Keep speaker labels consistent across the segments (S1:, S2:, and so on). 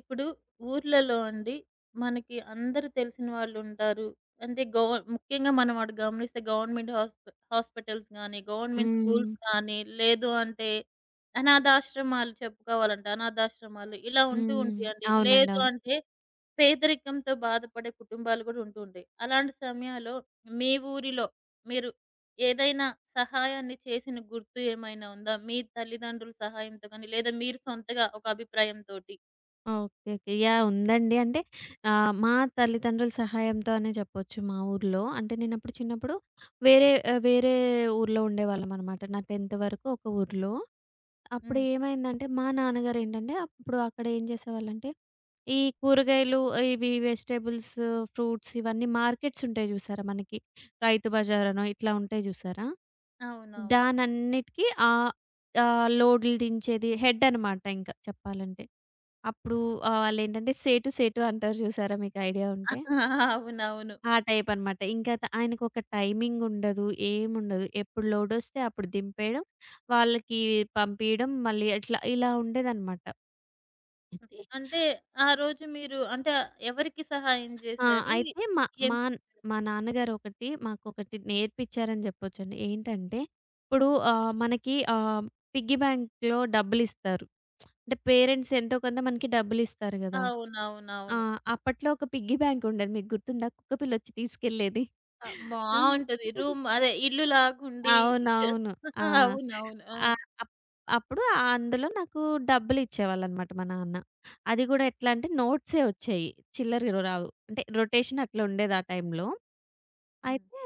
S1: ఇప్పుడు ఊర్లలో అండి మనకి అందరూ తెలిసిన వాళ్ళుంటారు. అంటే ముఖ్యంగా మనం అటు గమనిస్తే గవర్నమెంట్ హాస్పిటల్స్ గానీ, గవర్నమెంట్
S2: హ్మ్.
S1: స్కూల్స్ గానీ, లేదు అంటే అనాథాశ్రమాలు చెప్పుకోవాలంటే అనాథాశ్రమాలు ఇలా ఉంటూ
S2: హ్మ్.
S1: ఉంటాయండి.
S2: అవునండి.
S1: లేదు
S2: అవును.
S1: అంటే పేదరికంతో బాధపడే కుటుంబాలు గూడా ఉంటూ ఉంటాయి. అలాంటి సమయాల్లో మీ ఊరిలో మీరు ఏదైనా సహాయాన్ని చేసిన గుర్తు ఏమైనా ఉందా? మీ తల్లిదండ్రుల సహాయంతో గానీ, లేదా మీరు సొంతగా ఒక అభిప్రాయంతోటి?
S2: ఓకే. ఓకే. యాహ్! ఉందండి. అంటే మా తల్లిదండ్రుల సహాయంతో అనే చెప్పొచ్చు మా ఊర్లో. అంటే నేనప్పుడు చిన్నప్పుడు వేరే వేరే ఊర్లో ఉండేవాళ్ళమనమాట. నా 10th వరకు ఒక ఊర్లో. అప్పుడు
S1: హ్మ్.
S2: ఏమైందంటే మా నాన్నగారేంటంటే అప్పుడు అక్కడ ఏం చేసేవాళ్ళంటే ఈ కూరగాయలు ఇవి వెజిటబుల్స్, ఫ్రూట్స్ ఇవన్నీ మార్కెట్స్ ఉంటాయి జూసారా మనకి. రైతు బజారనో ఇట్లా ఉంటాయి జూసారా?
S1: అవునవును.
S2: దానన్నిటికి ఆహ్, ఆహ్, లోడ్లు దించేది హెడ్ అనమాట ఇంక చెప్పాలంటే. అప్పుడు వాళ్ళేంటంటే సేటు సేటు అంటారు జూసారా మీకు ఐడియా ఉంటే.
S1: అవునవును.
S2: ఆ టైప్ అనమాట. ఇంకా ఆయనకొక టైమింగ్ ఉండదు. ఏముండదు. ఎప్పుడు లోడొస్తే అప్పుడు దింపేయడం, వాళ్ళకి పంపియడం మళ్ళీ అట్లా ఇలా ఉండేదనమాట.
S1: హ్మ్. అంటే ఆ రోజు మీరు అంటే ఎవరికి సహాయం
S2: ఆ!
S1: జేశారు?
S2: అయితే మా
S1: ఏం
S2: మా మా నాన్నగారొకటి మాకొకటి నేర్పించారని చెప్పొచ్చండి. ఏంటంటే, ఇప్పుడు మనకి పిగ్గీ బ్యాంక్‌లో డబ్బులిస్తారు. అంటే పేరెంట్స్ ఎంతో కొంత మనకి డబ్బులిస్తారు గదా! ఆ!
S1: అవునవునవును.
S2: అప్పట్లో ఒక పిగ్గీ బ్యాంకుండేది. మీకు గుర్తుందా? కుక్కపిల్లొచ్చి తీసుకెళ్ళేది.
S1: ఆ!
S2: ఆ!
S1: బావుంటది. రూమ్ అదే ఇల్లు లాగుండి
S2: అవునవును. ఆ!
S1: అవునవును. ఆ!
S2: ఆహ్, అప్ అప్పుడు అందులో నాకు డబ్బులిచ్చేవాళ్ళనమాట మా నాన్న. అది గూడా ఎట్లా అంటే నోట్సే వచ్చేయి. చిల్లర రావు. అంటే రొటేషన్ అట్లా ఉండేది ఆ టైంలో.
S1: హ్మ్.
S2: అయితే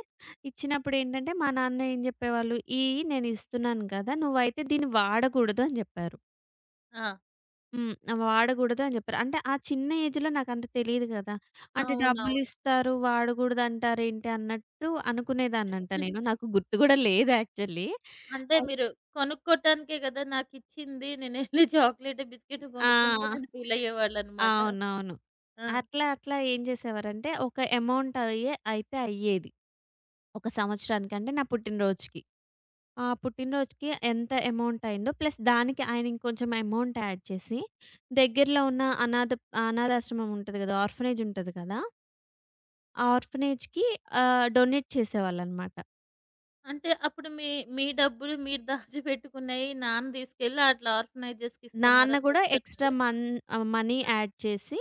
S2: ఇచ్చినప్పుడేంటంటే మా నాన్న ఏం జెప్పేవాళ్ళు, "ఇయి నేనిస్తున్నాను కదా! నువ్వైతే దీన్ని వాడకూడదు" అని జెప్పారు.
S1: ఆ!
S2: హ్మ్. వాడగూడదు అని జెప్పారు. అంటే ఆ చిన్న ఏజ్‌లో నాకంత తెలీదు గదా! అంటే
S1: అవునవును.
S2: డబ్బులిస్తారు, వాడగూడదంటారేంటి అన్నట్టు అనుకునేదాన్నంట
S1: హ్మ్.
S2: నేను. నాకు గుర్తు గూడా లేదు యాక్చువల్లీ.
S1: అంటే
S2: అయి
S1: మీరు కొనుక్కోటానికే గదా! నాకిచ్చింది నేనెళ్ళి చాక్లేట్, బిస్కెట్
S2: ఆ!
S1: కొనుక్కుంటానని ఫీలయ్యేవాళ్ళనమాట.
S2: అవునవును.
S1: ఆ!
S2: అట్లా అట్లా ఏం జేసేవారంటే ఒక అమౌంట్ అయితే అయ్యేది. ఒక సంవత్సరానికి అంటే నా పుట్టినరోజుకి. ఆ పుట్టినరోజుకి ఎంత అమౌంట్ అయిందో ప్లస్ దానికి ఆయన ఇంకొంచెం అమౌంట్ యాడ్ చేసి దగ్గరలో ఉన్న అనాథాశ్రమం ఉంటది గదా! ఆర్ఫనేజ్ ఉంటది కదా! ఆర్ఫనేజ్‌కి డొనేట్ చేసేవాళ్ళనమాట.
S1: అంటే అప్పుడు మీ మీ డబ్బులు మీరు దాచిపెట్టుకున్నయి నాన్న తీసుకెళ్ళి అట్లా ఆర్ఫనైజర్స్‌కి
S2: నాన్న
S1: ఇస్తున్నారని
S2: గూడా ఎక్స్‌ట్రా
S1: చెప్తున్నారు.
S2: మనీ
S1: హ్మ్.
S2: యాడ్ చేసి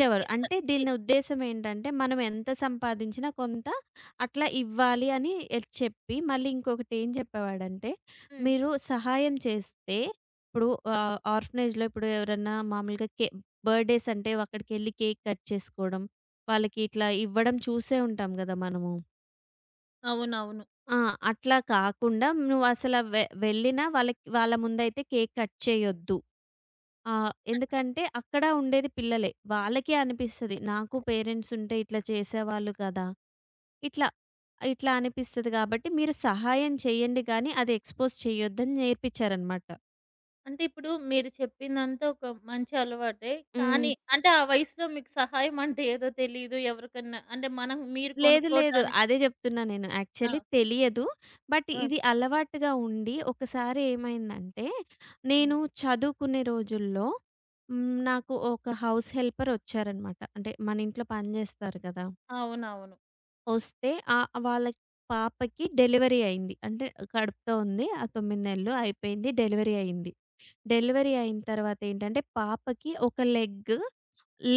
S1: ఇస్ ఇస్తా
S2: అంటే
S1: ఇ
S2: దీని ఉద్దేశ్యం ఏంటంటే, మనం ఎంత సంపాదించినా కొంత అట్లా ఇవ్వాలి అని చెప్పి, మళ్ళీ ఇంకొకటి ఏం చెప్పేవాడంటే,
S1: హ్మ్.
S2: మీరు సహాయం చేస్తే ఇప్పుడు ఆర్ఫనేజ్‌లో ఇప్పుడు ఎవరన్నా మామూలుగా బర్త్‌డేస్ అంటే అక్కడికెళ్ళి కేక్ కట్ చేసుకోవడం, వాళ్ళకి ఇట్లా ఇవ్వడం చూసే ఉంటాం గదా మనము.
S1: అవునవును.
S2: ఆ! అట్లా కాకుండా నువ్వసల వెళ్ళినా వాళ్ళకి వాళ్ళ ముందైతే కేక్ కట్ చేయొద్దు. ఎందుకంటే అక్కడ ఉండేది పిల్లలే. వాళ్ళకే అనిపిస్తది. నాకు పేరెంట్స్ ఉంటే ఇట్లా చేసేవాళ్ళు కదా! ఇట్లా, ఇట్లా అనిపిస్తది కాబట్టి మీరు సహాయం చేయండి గానీ అది ఎక్స్‌పోజ్ చేయొద్దని నేర్పించారనమాట.
S1: అంటే ఇప్పుడు మీరు చెప్పిందంతా ఒక మంచి అలవాటే.
S2: హ్మ్.
S1: కానీ అంటే ఆ వయసులో మీకు సహాయం అంటే ఏదో తెలీదు. ఎవరికన్నా అంటే మనం మీరు
S2: లేదు. లేదు.
S1: కొనుక్కోటానికి
S2: అదే జెప్తున్నా నేను.
S1: ఆ!
S2: యాక్చువల్లీ తెలియదు. బట్
S1: ఆ!
S2: ఇది అలవాటుగా ఉండి ఒకసారి ఏమైందంటే,
S1: హ్మ్.
S2: నేను చదువుకునే రోజుల్లో హ్మ్. నాకు ఒక హౌస్ హెల్పర్ ఒచ్చారనమాట. అంటే మన ఇంట్లో పని జేస్తారు గదా!
S1: అవునవును.
S2: ఒస్తే వాళ్ళ పాపకి డెలివరీ అయింది. అంటే కడుపుతో ఉంది. ఆ 9 నెలలు అయిపోయింది. డెలివరీ అయింది. డెలివరీ అయిన తర్వాత ఏంటంటే, పాపకి ఒక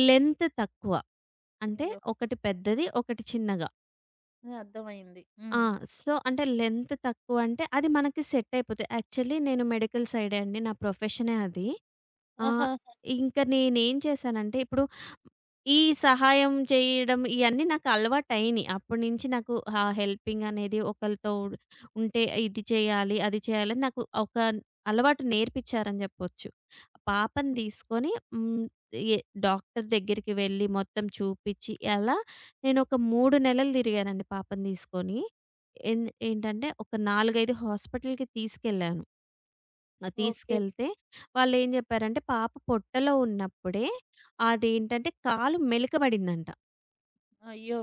S2: లెంత్ తక్కువ. అంటే
S1: అయ్యో!
S2: ఒకటి పెద్దది, ఒకటి చిన్నగా.
S1: ఆ, అర్థమైంది.
S2: ఆ!
S1: హ్మ్.
S2: సో, అంటే లెంత్ తక్కువంటే అది మనకి సెట్ అయిపోతది. యాక్చువల్లీ నేను మెడికల్ సైడే అండి. నా ప్రొఫెషనే అది. ఆహ్,
S1: ఆహాహా!
S2: ఇంక నేనేం చేశానంటే ఇప్పుడు ఈ సహాయం చేయడం ఇయన్నీ నాకు అలవాటయినియి. అప్పటినుంచి నాకు ఆ హెల్పింగ్ అనేది ఒకళ్ళతో ఉంటే ఇది చేయాలి, అది చేయాలని నాకు ఒక అలవాటు నేర్పిచ్చారని జెప్పొచ్చు. పాపని తీసుకొని హ్మ్. ఎ డాక్టర్ దగ్గరికి వెళ్ళి మొత్తం చూపిచ్చి అలా నేనొక 3 నెలలు తిరిగానండి పాపని తీసుకొని. ఏంటంటే ఒక 4, 5 హాస్పిటల్‌కి తీసుకెళ్ళాను. ఆ!
S1: ఓకే.
S2: తీసుకెళ్తే వాళ్ళేం జెప్పారంటే పాప పొట్టలో ఉన్నప్పుడే అదేంటంటే కాలు మెలికబడిందంట.
S1: అయ్యో!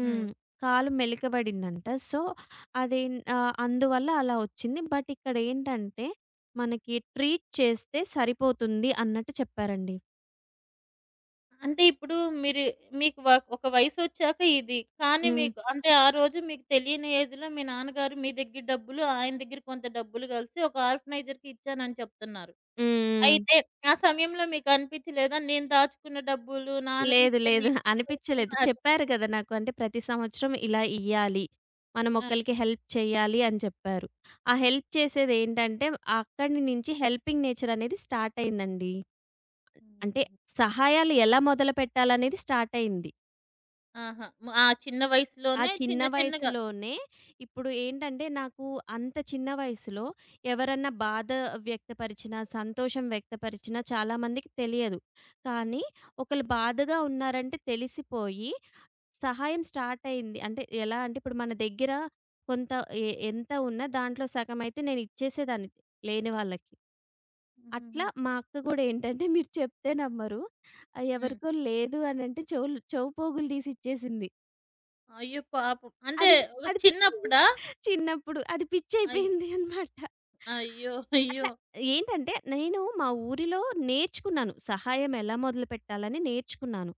S1: హ్మ్.
S2: కాలు మెలికబడిందంట. సో, అది అందువల్ల అలా ఒచ్చింది. బట్ ఇక్కడేంటంటే మనకి ట్రీట్ చేస్తే సరిపోతుంది అన్నట్టు చెప్పారండి.
S1: అంటే ఇప్పుడు మీరు మీకు ఒక వయసొచ్చాక ఇది. కానీ
S2: హ్మ్.
S1: మీకు అంటే ఆ రోజు మీకు తెలియని ఏజ్‌లో మీ నాన్నగారు మీ దగ్గర డబ్బులు, ఆయన దగ్గర కొంత డబ్బులు కలిసి ఒక ఆర్ఫనైజర్‌కి ఇచ్చానని చెప్తున్నారు.
S2: హ్మ్.
S1: అయితే ఆ సమయంలో మీకు అనిపించలేదా? నేను దాచుకున్న డబ్బులు నాన్న
S2: లేదు.
S1: తీసుకెళ్ళి
S2: లేదు.
S1: ఎందుకు
S2: అనిపిచ్చలేదు.
S1: ఇస్తున్నారు?
S2: చెప్పారు గదా! నాకు అంటే ప్రతి సంవత్సరం ఇలా ఇయ్యాలి. మనం
S1: ఆ!
S2: ఒకళ్ళకి హెల్ప్ చేయాలి అని చెప్పారు. ఆ హెల్ప్ చేసేదేంటంటే అక్కడి నుంచి హెల్పింగ్ నేచర్ అనేది స్టార్ట్ అయిందండి. అంటే
S1: హుహుహు.
S2: సహాయాలు ఎలా మొదలుపెట్టాలనేది స్టార్ట్ అయింది.
S1: ఆహా! ఆ చిన్న
S2: ఆ
S1: వయసులోనే
S2: చిన్న
S1: చిన్న చిన్నగా.
S2: వయసులోనే ఇప్పుడు ఏంటంటే నాకు అంత చిన్న వయసులో ఎవరన్నా బాధ వ్యక్తపరిచినా, సంతోషం వ్యక్తపరిచినా చాలామందికి తెలియదు. కానీ ఒకళ్ళు బాధగా ఉన్నారంటే తెలిసిపోయి సహాయం స్టార్ట్ అయింది. అంటే ఎలా అంటే ఇప్పుడు మన దగ్గర కొంత ఎంత ఉన్నా దాంట్లో సగమైతే నేను ఇచ్చేసేదాన్ని లేని వాళ్ళకి. అట్లా
S1: హుహుహు.
S2: మా అక్క గూడా ఏంటంటే మీరు చెప్తే నమ్మరు. ఆ
S1: హ్మ్.
S2: ఎవరికో లేదు అనంటే చెవి పోగులు తీసి ఇచ్చేసింది.
S1: అయ్యో పాపం! అంటే
S2: అది
S1: ఒక
S2: అది పిచ్చి.
S1: చిన్నప్పుడా?
S2: చిన్నప్పుడు అది
S1: అయ్
S2: పిచ్చయిపోయింది అనమాట.
S1: అయ్యో!
S2: అట్లా
S1: అయ్యో!
S2: ఏంటంటే నేను మా ఊరిలో నేర్చుకున్నాను. సహాయం ఎలా మొదలుపెట్టాలని నేర్చుకున్నాను.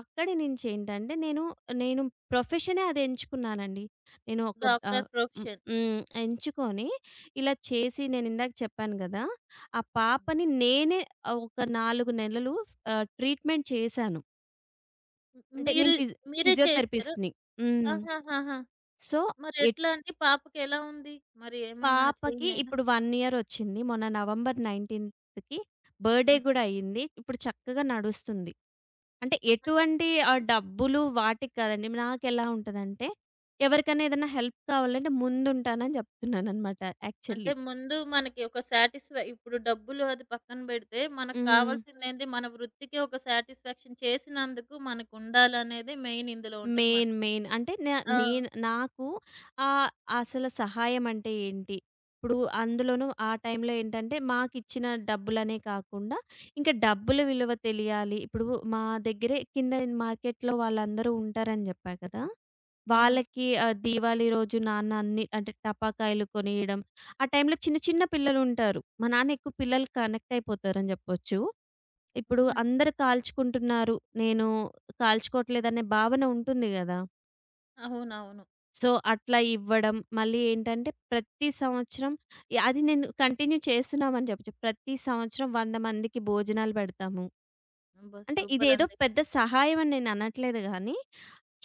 S2: అక్కడి నుంచేంటంటే నేను ప్రొఫెషనే అది ఎంచుకున్నానండి. నేను ఒక ఆహ్,
S1: డాక్టర్
S2: హ్మ్.
S1: ప్రొఫెషన్.
S2: హ్మ్. ఎంచుకొని ఇలా చేసి నేనిందాక చెప్పాను గదా! ఆ పాపని నేనే ఒక 4 నెలలు ట్రీట్‌మెంట్ చేశాను.
S1: హ్మ్.
S2: అంటే నేను
S1: మీరు మీరే చేసారు?
S2: ఫిజియోథెరపిస్ట్‌ని. హ్మ్.
S1: ఆహాహాహా!
S2: సో,
S1: మరెట్లా అండి? పాపకెలా ఉంది? మరి ఏమన్నా
S2: పాపకి
S1: చేంజ్ అయిందా?
S2: ఇప్పుడు 1 ఇయర్ వచ్చింది. మొన్న నవంబర్ 19కి బర్త్‌డే
S1: హ్మ్.
S2: గూడా అయింది. ఇప్పుడు చక్కగా నడుస్తుంది. అంటే ఎటువంటి డబ్బులు వాటికి కాదండి. నాకెలా ఉంటదంటే, ఎవరికైనా ఏదైనా హెల్ప్ కావాలంటే ముందుంటానని జెప్తున్నాననమాట
S1: అంటే
S2: యాక్చువల్లీ.
S1: ముందు మనకి ఒక ఇప్పుడు డబ్బులు అది పక్కన బెడితే, మనకు
S2: హ్మ్.
S1: కావాల్సిందేంది మన వృత్తికి ఒక సాటిస్ఫాక్షన్ చేసినందుకు మనకుండాలనేదే మెయిన్ ఇందులో ఉంటది మనకి.
S2: మెయిన్. అంటే
S1: ఆ!
S2: నేను నాకు ఆహ్, అసలు సహాయం అంటే ఏంటి? ఇప్పుడు అందులోనూ ఆ టైంలో ఏంటంటే మాకిచ్చిన డబ్బులనే కాకుండా, ఇంకా డబ్బుల విలువ తెలియాలి. ఇప్పుడు మా దగ్గరే కింద మార్కెట్‌లో వాళ్ళందరూ ఉంటారని జెప్పా కదా!
S1: అవును.
S2: వాళ్ళకి దీవాళి రోజు నాన్న అన్ని అంటే టపాకాయలు కొనియడం. ఆ టైంలో చిన్న చిన్న పిల్లలుంటారు. మా నాన్న ఎక్కువ పిల్లలకి కనెక్ట్ అయిపోతారని జెప్పొచ్చు. ఇప్పుడు
S1: హుహు.
S2: అందరు కాల్చుకుంటున్నారు. నేను కాల్చుకోవట్లేదనే భావన ఉంటుంది గదా!
S1: అవునవును.
S2: సో, అట్లా ఇవ్వడం. మళ్ళీ ఏంటంటే ప్రతి సంవత్సరం యాహ్! అది నేను కంటిన్యూ చేస్తున్నామని చెప్పొచ్చు. ప్రతి సంవత్సరం 100 మందికి భోజనాలు పెడతాము.
S1: అబ్బా!
S2: అంటే ఇదేదో
S1: సూపరండి.
S2: పెద్ద సహాయం అని నేను అనట్లేదు గానీ,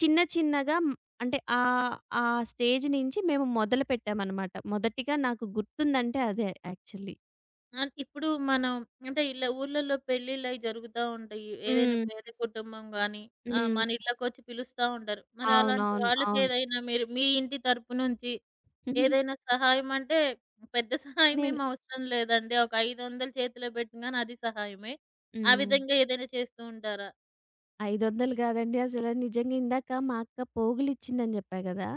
S2: చిన్న చిన్నగా హ్మ్, అంటే ఆ స్టేజ్ నుంచి మేము మొదలుపెట్టామనమాట. మొదటిగా నాకు గుర్తుందంటే అదే యాక్చువల్లీ.
S1: ఆ! ఇప్పుడు మనం అంటే ఇలా ఊర్లలో పెళ్ళిళ్ళయి జరుగుతా ఉంటాయి. ఏదైనా
S2: హ్మ్.
S1: పేద కుటుంబం గాని, ఆహ్, మన
S2: హ్మ్.
S1: ఇళ్ళకొచ్చి పిలుస్తా ఉంటారు. మరి అలాంటి
S2: అవునవును. అవును. అవును, అవును.
S1: వాళ్ళకేదైనా మీరు మీ ఇంటి తరపు నుంచి ఏదైనా సహాయం అంటే పెద్ద సహాయం
S2: నేను
S1: ఏమి అవసరం లేదండి. ఒక 500 చేతిలో పెట్టగానే అది సహాయమే. ఆ
S2: హ్మ్.
S1: విధంగా ఏదైనా చేస్తూ ఉంటారా?
S2: 500 కాదండి అసల. నిజంగా ఇందాక మా అక్క పోగులిచ్చిందని జెప్పా గదా!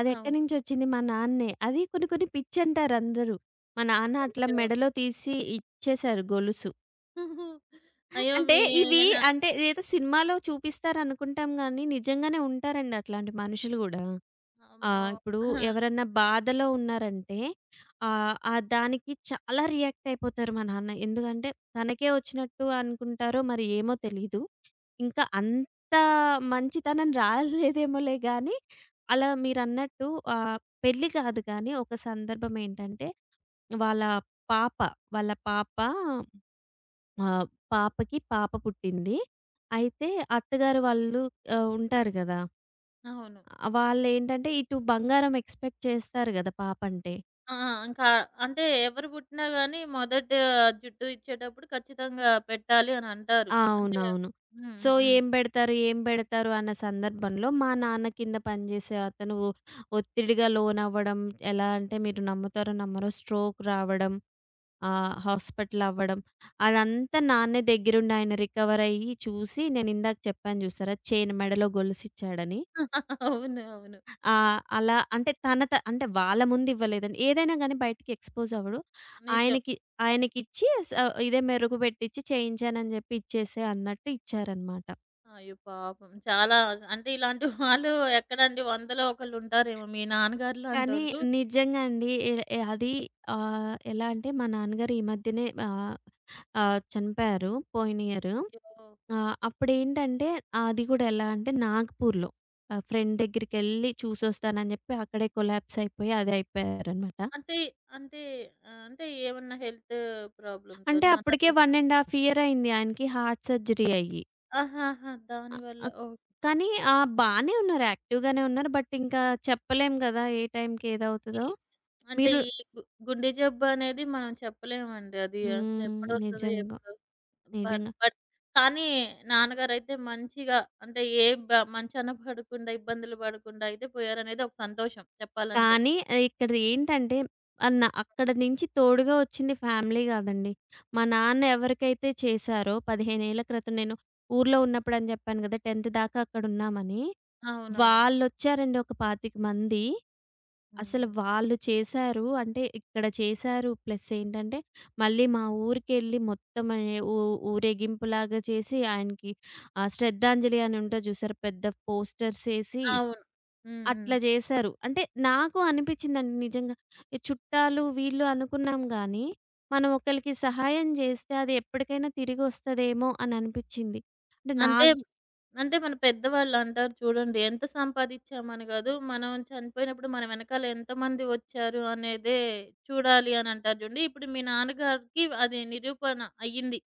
S2: అదెక్కడి
S1: అవును.
S2: నుంచొచ్చింది మా నాన్నే. అది కొన్ని కొన్ని పిచ్చంటారందరూ. మా నాన్న అట్లా
S1: అయ్యో!
S2: మెడలో తీసి ఇచ్చేశారు గొలుసు.
S1: అయ్యో!
S2: అంటే ఇవి అంటే ఏదో సినిమాలో చూపిస్తారనుకుంటాం గానీ నిజంగానే ఉంటారండి అట్లాంటి మనుషులు గూడా. ఆ!
S1: అమ్మో!
S2: ఇప్పుడు
S1: ఆ!
S2: ఎవరన్నా బాధలో ఉన్నారంటే ఆ దానికి చాలా రియాక్ట్ అయిపోతారు మా నాన్న. ఎందుకంటే తనకే వచ్చినట్టు అనుకుంటారో మరి ఏమో తెలీదు. ఇంకా అంత మంచితనం రాలేదేమోలే గానీ, అలా మీరన్నట్టు ఆహ్, పెళ్లి కాదు కానీ ఒక సందర్భం ఏంటంటే వాళ్ళ పాప, వాళ్ళ పాప ఆహ్, పాపకి పాప పుట్టింది. అయితే అత్తగారు వాళ్ళు ఉంటారు గదా!
S1: అవును.
S2: ఆ! వాళ్ళేంటంటే ఇటు బంగారం ఎక్స్‌పెక్ట్ చేస్తారు గదా! పాపంటే.
S1: ఆ! ఇంకా అంటే ఎవరు పుట్టినా గాని మొదట జుట్టు ఇచ్చేటప్పుడు ఖచ్చితంగా పెట్టాలి అని అంటారు.
S2: ఆ!
S1: అంటే
S2: అవునవును.
S1: హ్మ్.
S2: సో,
S1: హ్మ్. హ్మ్.
S2: ఏం బెడతారు అన్న సందర్భంలో మా నాన్న కింద పనిజేసే అతను ఒత్తిడిగా లోనవ్వడం. ఎలా అంటే మీరు నమ్ముతారో నమ్మరో స్ట్రోక్ రావడం, హాస్పిటల్ అవ్వడం. అదంతా నాన్నే దగ్గరుండి ఆయన రికవర్ అయ్యి చూసి నేనిందాక చెప్పాను జూసారా? చైన్ మెడలో గొలుసిచ్చాడని.
S1: అవును. అవును.
S2: ఆ! అలా అంటే తన త అంటే వాళ్ళ ముందివ్వలేదండి. ఏదైనా గాని బయటికి ఎక్స్‌పోజ్ అవ్వడు.
S1: నిజం.
S2: ఆయనకి ఆయనకిచ్చి ఇదే మెరుగు పెట్టిచ్చి చేయించానని జెప్పి ఇచ్చేసేయి అన్నట్టు ఇచ్చారనమాట.
S1: అయ్యో! పాపం. చాలా అంటే ఇలాంటి వాళ్ళు ఎక్కడండి వందలో ఒకళ్ళుంటారేమో మీ నాన్నగారు
S2: కానీ
S1: లాంటోళ్ళు.
S2: నిజంగా అండి ఎ ఎ అది ఆహ్, ఎలా అంటే మా నాన్నగారు ఈ మధ్యనే ఆహ్, ఆహ్, చనిపోయారు పోయిన ఇయరు.
S1: అయ్యో!
S2: అప్పుడేంటంటే అది గూడా ఎలా అంటే నాగ్‌పూర్‌లో ఫ్రెండ్ దగ్గరికెళ్ళి చూసొస్తానని జెప్పి అక్కడే కొలాప్స్ అయిపోయి అది అయిపోయారనమాట.
S1: అంటే అంటే ఆహ్, అంటే ఏమన్నా హెల్త్
S2: అంటే
S1: ప్రాబ్లమ్‌తోనా?
S2: అప్పటికే
S1: అలాగా
S2: 1 ½ ఇయర్ అయింది ఆయనకి హార్ట్ సర్జరీ అయ్యి.
S1: ఆహాహా! దానివల్ల
S2: ఆహ్, కానీ ఆ! బానే ఉన్నారు. యాక్టివ్‌గానే ఉన్నారు. బట్ ఇంకా చెప్పలేం కదా! ఏ టైంకి ఏదవుతదో.
S1: ఓకే. అంటే
S2: మీరు
S1: ఈ గు గుండె జబ్బు అనేది మనం చెప్పలేమండి. అది అసలు
S2: హ్మ్.
S1: ఎప్పుడొస్తదో
S2: నిజంగా.
S1: ఎప్పుడు బట్
S2: నిజంగా.
S1: బట్ కానీ నాన్నగారైతే మంచిగా అంటే ఏ మంచాన పడకుండా, ఇబ్బందులు పడకుండా అయితే పోయారనేది ఒక సంతోషం చెప్పాలంటే.
S2: కానీ ఇక్కడిది ఏంటంటే ఆహ్, న అక్కడి నుంచి తోడుగా వచ్చింది ఫ్యామిలీ కాదండి. మా నాన్న ఎవరికైతే చేశారో 15 ఏళ్ల క్రితం నేను ఊర్లో ఉన్నప్పుడు అని చెప్పాను కదా! 10th దాకా అక్కడున్నామని.
S1: అవునవును.
S2: వాళ్ళొచ్చారండి ఒక 25 మంది. అసలు
S1: హ్మ్.
S2: వాళ్ళు చేశారు. అంటే ఇక్కడ చేశారు. ప్లస్ ఏంటంటే, మళ్ళీ మా ఊరికెళ్ళి మొత్తం ఆహ్, ఊ ఊరేగింపులాగా చేసి ఆయనకి శ్రద్ధాంజలి అని ఉంటది చూసారా? పెద్ద పోస్టర్స్ ఏసి
S1: అవును. హ్మ్. హ్మ్.
S2: అట్లా జేశారు. అంటే నాకు అనిపించిందండి నిజంగా. ఈ చుట్టాలు వీళ్ళు అనుకున్నాం గానీ, మనం ఒకళ్ళకి సహాయం జేస్తే అది ఎప్పటికైనా తిరిగొస్తదేమో అని అనిపించింది. అంటే నా
S1: అంటే, అంటే మన పెద్దవాళ్ళంటారు చూడండి. ఎంత సంపాదిచ్చామని గాదు, మనం చనిపోయినప్పుడు మన వెనకాల ఎంతమంది వచ్చారు అనేదే చూడాలి అనంటారు జూడండి. ఇప్పుడు మీ నాన్నగారికి అది నిరూపణ అయ్యింది.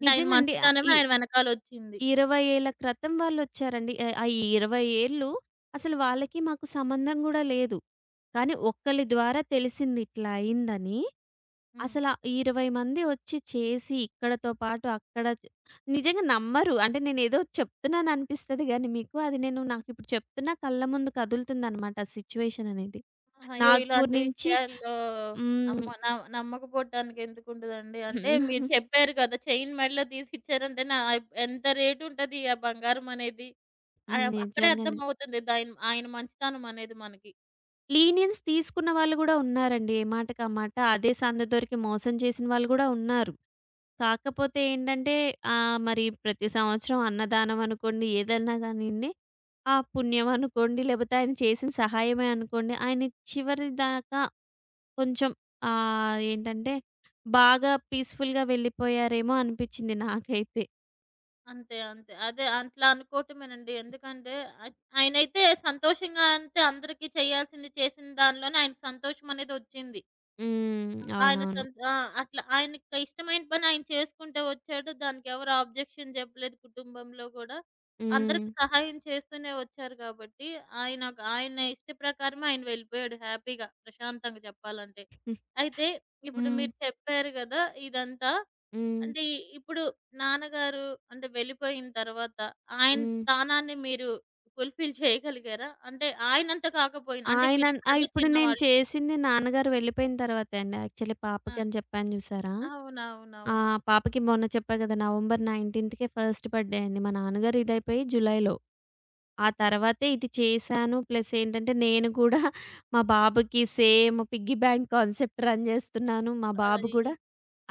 S1: అంటే ఆయన
S2: నిజంగా అండి.
S1: మంచితనమే
S2: ఈ
S1: ఆయన వెనకాలొచ్చింది.
S2: 20 ఏళ్ల క్రితం వాళ్ళొచ్చారండి. ఆ 20 ఏళ్ళు అసలు వాళ్ళకి మాకు సంబంధం గూడా లేదు. కానీ ఒక్కళ్ళ ద్వారా తెలిసింది ఇట్లా అయిందని.
S1: హ్మ్.
S2: అసల 20 మంది ఒచ్చి చేసి ఇక్కడతో పాటు అక్కడ నిజంగా నమ్మరు. అంటే నేనేదో చెప్తున్నాను అనిపిస్తది గానీ మీకు అది నేను నాకిప్పుడు చెప్తున్నా కళ్ళ ముందు కదులుతుందనమాట ఆ సిట్యుయేషన్ అనేది.
S1: అయ్యో!
S2: నాగ్‌పూర్
S1: ఇలాంటి
S2: నుంచి
S1: విషయాల్లో
S2: హ్మ్.
S1: అమ్మో! నమ్మకపోవటానికి ఎందుకుంటదండి. అంటే మీరు చెప్పారు కదా! చైన్ మెడలో తీసిచ్చారంటే ఎంత రేటుంటది ఆ బంగారం అనేది. ఆహ్, అక్కడే
S2: నిజంగానే.
S1: అర్థమవుతుంది. ఆయన మంచితనం అనేది మనకి.
S2: లీనియన్స్ తీసుకున్న వాళ్ళు గూడా ఉన్నారండి. ఏ మాటకి ఆ మాట. అదే సందు దొరికి మోసం చేసిన వాళ్ళు గూడా ఉన్నారు. కాకపోతే ఏంటంటే మరి ప్రతి సంవత్సరం అన్నదానం అనుకోండి, ఏదన్నా గానియండి, ఆ పుణ్యం అనుకోండి, లేపోతే ఆయన చేసిన సహాయమే అనుకోండి, ఆయన చివరి దాకా కొంచెం ఆహ్, ఏంటంటే బాగా పీస్‌ఫుల్‌గా వెళ్ళిపోయారేమో అనిపిచ్చింది నాకైతే.
S1: అంతే. అంతే. అదే అట్లా అనుకోవటమేనండి. ఎందుకంటే ఆహ్, ఆయనైతే సంతోషంగా అంటే అందరికీ చేయాల్సింది చేసిన దానిలోనే ఆయనకి సంతోషం అనేది ఒచ్చింది.
S2: హ్మ్.
S1: ఆయన
S2: అవునవును.
S1: సొంత ఆ! అట్లా ఆయనకి ఇష్టమైన పని ఆయన చేసుకుంటూ వచ్చాడు. దానికి ఎవరు ఆబ్జెక్షన్ చెప్పలేదు కుటుంబంలో గూడా.
S2: హ్మ్.
S1: అందరికి సహాయం చేస్తూనే వచ్చారు కాబట్టి, ఆయన ఆయన ఇష్ట ప్రకారమే ఆయన వెళ్ళిపోయాడు హ్యాపీగా, ప్రశాంతంగా చెప్పాలంటే.
S2: హ్మ్.
S1: అయితే ఇప్పుడు
S2: హ్మ్.
S1: మీరు చెప్పారు గదా! ఇదంతా.
S2: హ్మ్.
S1: అంటే ఇప్పుడు నాన్నగారు అంటే వెళ్ళిపోయిన తర్వాత ఆయన
S2: హ్మ్.
S1: స్థానాన్ని మీరు ఫుల్‌ఫిల్ చేయగలిగారా? అంటే ఆయనంత కాకపోయినా అంటే
S2: ఆ!
S1: మీరిప్పుడంటే
S2: ఇప్పుడు నేను
S1: చిన్నవాళ్ళు.
S2: చేసింది నాన్నగారు వెళ్ళిపోయిన తర్వాతే అండి. యాక్చువల్లీ
S1: ఆ!
S2: పాపకని చెప్పాను జూసారా? ఆ!
S1: అవునవునవును.
S2: పాపకి మొన్న చెప్పా గదా! నవంబర్ 19కే ఫస్ట్ బర్త్‌డే అయింది. మా నాన్నగారు ఇదైపోయి జులైలో. ఆ
S1: ఆహాహా!
S2: తర్వాతే ఇది చేశాను. ప్లస్ ఏంటంటే నేను గూడా మా బాబుకి same piggy bank concept run జేస్తున్నాను. మా బాబు
S1: అయ్యో!
S2: గూడా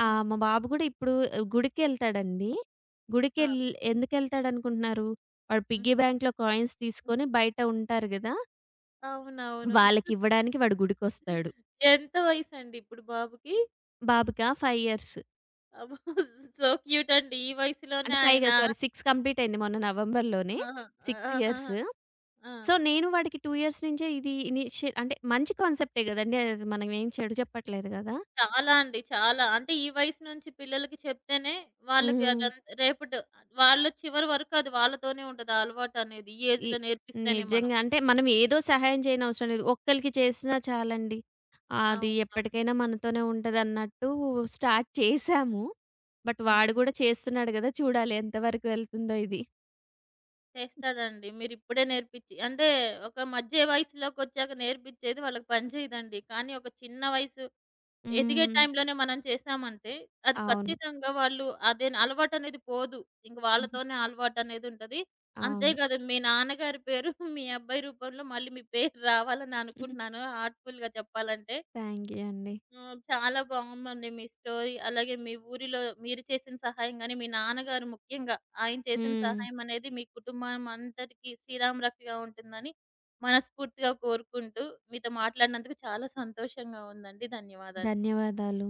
S2: ఆ!
S1: హ్మ్.
S2: మా బాబు గూడా ఇప్పుడు గుడికెళ్తాడండి.
S1: ఆ!
S2: గుడికెళ్ ఎందుకెళ్తాడనుకుంటున్నారు? వాడు
S1: హ్మ్.
S2: పిగ్గీ బ్యాంక్‌లో కాయిన్స్
S1: హ్మ్.
S2: తీసుకొని బయట ఉంటారు గదా!
S1: అవునవును.
S2: వాళ్ళకివ్వడానికి వాడు గుడికొస్తాడు.
S1: ఎంత వయసండి ఇప్పుడు బాబుకి?
S2: బాబుకా 5 ఇయర్స్.
S1: అబ్బో! సో క్యూట్ అండి. ఈ వయసులోనే
S2: అంటే 5
S1: ఆయన
S2: కాదు సారీ 6 కంప్లీట్ అయింది మొన్న నవంబర్‌లోనే.
S1: ఆహా!
S2: 6
S1: ఆహాహా!
S2: ఇయర్స్.
S1: ఆ!
S2: సో, నేను వాడికి 2 ఇయర్స్ నుంచే ఇది అంటే మంచి కాన్సెప్టే గదండీ! అది మనం ఏం చెడు చెప్పట్లేదు గదా!
S1: చాలా అండి. చాలా. అంటే ఈ వయసు నుంచి పిల్లలకి చెప్తేనే వాళ్ళకి
S2: హ్మ్.
S1: అదంత రేపటి వాళ్ళు చివరి వరకు అది వాళ్ళతోనే ఉంటది. ఆ అలవాటనేది. ఈ
S2: ఈ
S1: ఏజ్‌లో నేర్పిస్తేనే మనం.
S2: నిజంగా. అంటే మనం ఏదో సహాయం చేయనవసరం లేదు. ఒక్కళ్ళకి
S1: హ్మ్.
S2: చేసినా చాలండి. అది
S1: అవునవును.
S2: ఎప్పటికైనా మనతోనే ఉంటదన్నట్టు స్టార్ట్ చేశాము. బట్ వాడు
S1: హ్మ్.
S2: గూడా చేస్తున్నాడు గదా! చూడాలి ఎంతవరకు వెళ్తుందో ఇది.
S1: చేస్తాడండి. మీరిప్పుడే నేర్పిచ్చి అంటే ఒక మధ్య వయసులోకొచ్చాక నేర్పిచ్చేది వాళ్ళకి పనిచేయదండి. కానీ ఒక చిన్న వయసు ఎదిగే
S2: హ్మ్.
S1: టైంలోనే మనం చేశామంటే అది
S2: అవును.
S1: ఖచ్చితంగా వాళ్ళు అదే అలవాటనేది పోదు. ఇంక వాళ్ళతోనే అలవాటనేదుంటది. అంతే
S2: అవును.
S1: కాదు మీ నాన్నగారి పేరు మీ అబ్బాయి రూపంలో మళ్ళీ మీ పేరు రావాలని అనుకుంటున్నాను హార్ట్‌ఫుల్‌గా చెప్పాలంటే.
S2: థ్యాంక్ యూ అండి.
S1: ఆ! చాలా బాగుందండి మీ స్టోరీ. అలాగే మీ ఊరిలో మీరు చేసిన సహాయం గాని, మీ నాన్నగారు ముఖ్యంగా ఆయన చేసిన
S2: హ్మ్.
S1: సహాయం అనేది మీ కుటుంబం అంతటికి శ్రీరామ రక్షగా ఉంటుందని మనస్ఫూర్తిగా కోరుకుంటూ మీతో మాట్లాడినందుకు చాలా సంతోషంగా ఉందండి. ధన్యవాదాలు.
S2: ధన్యవాదాలు.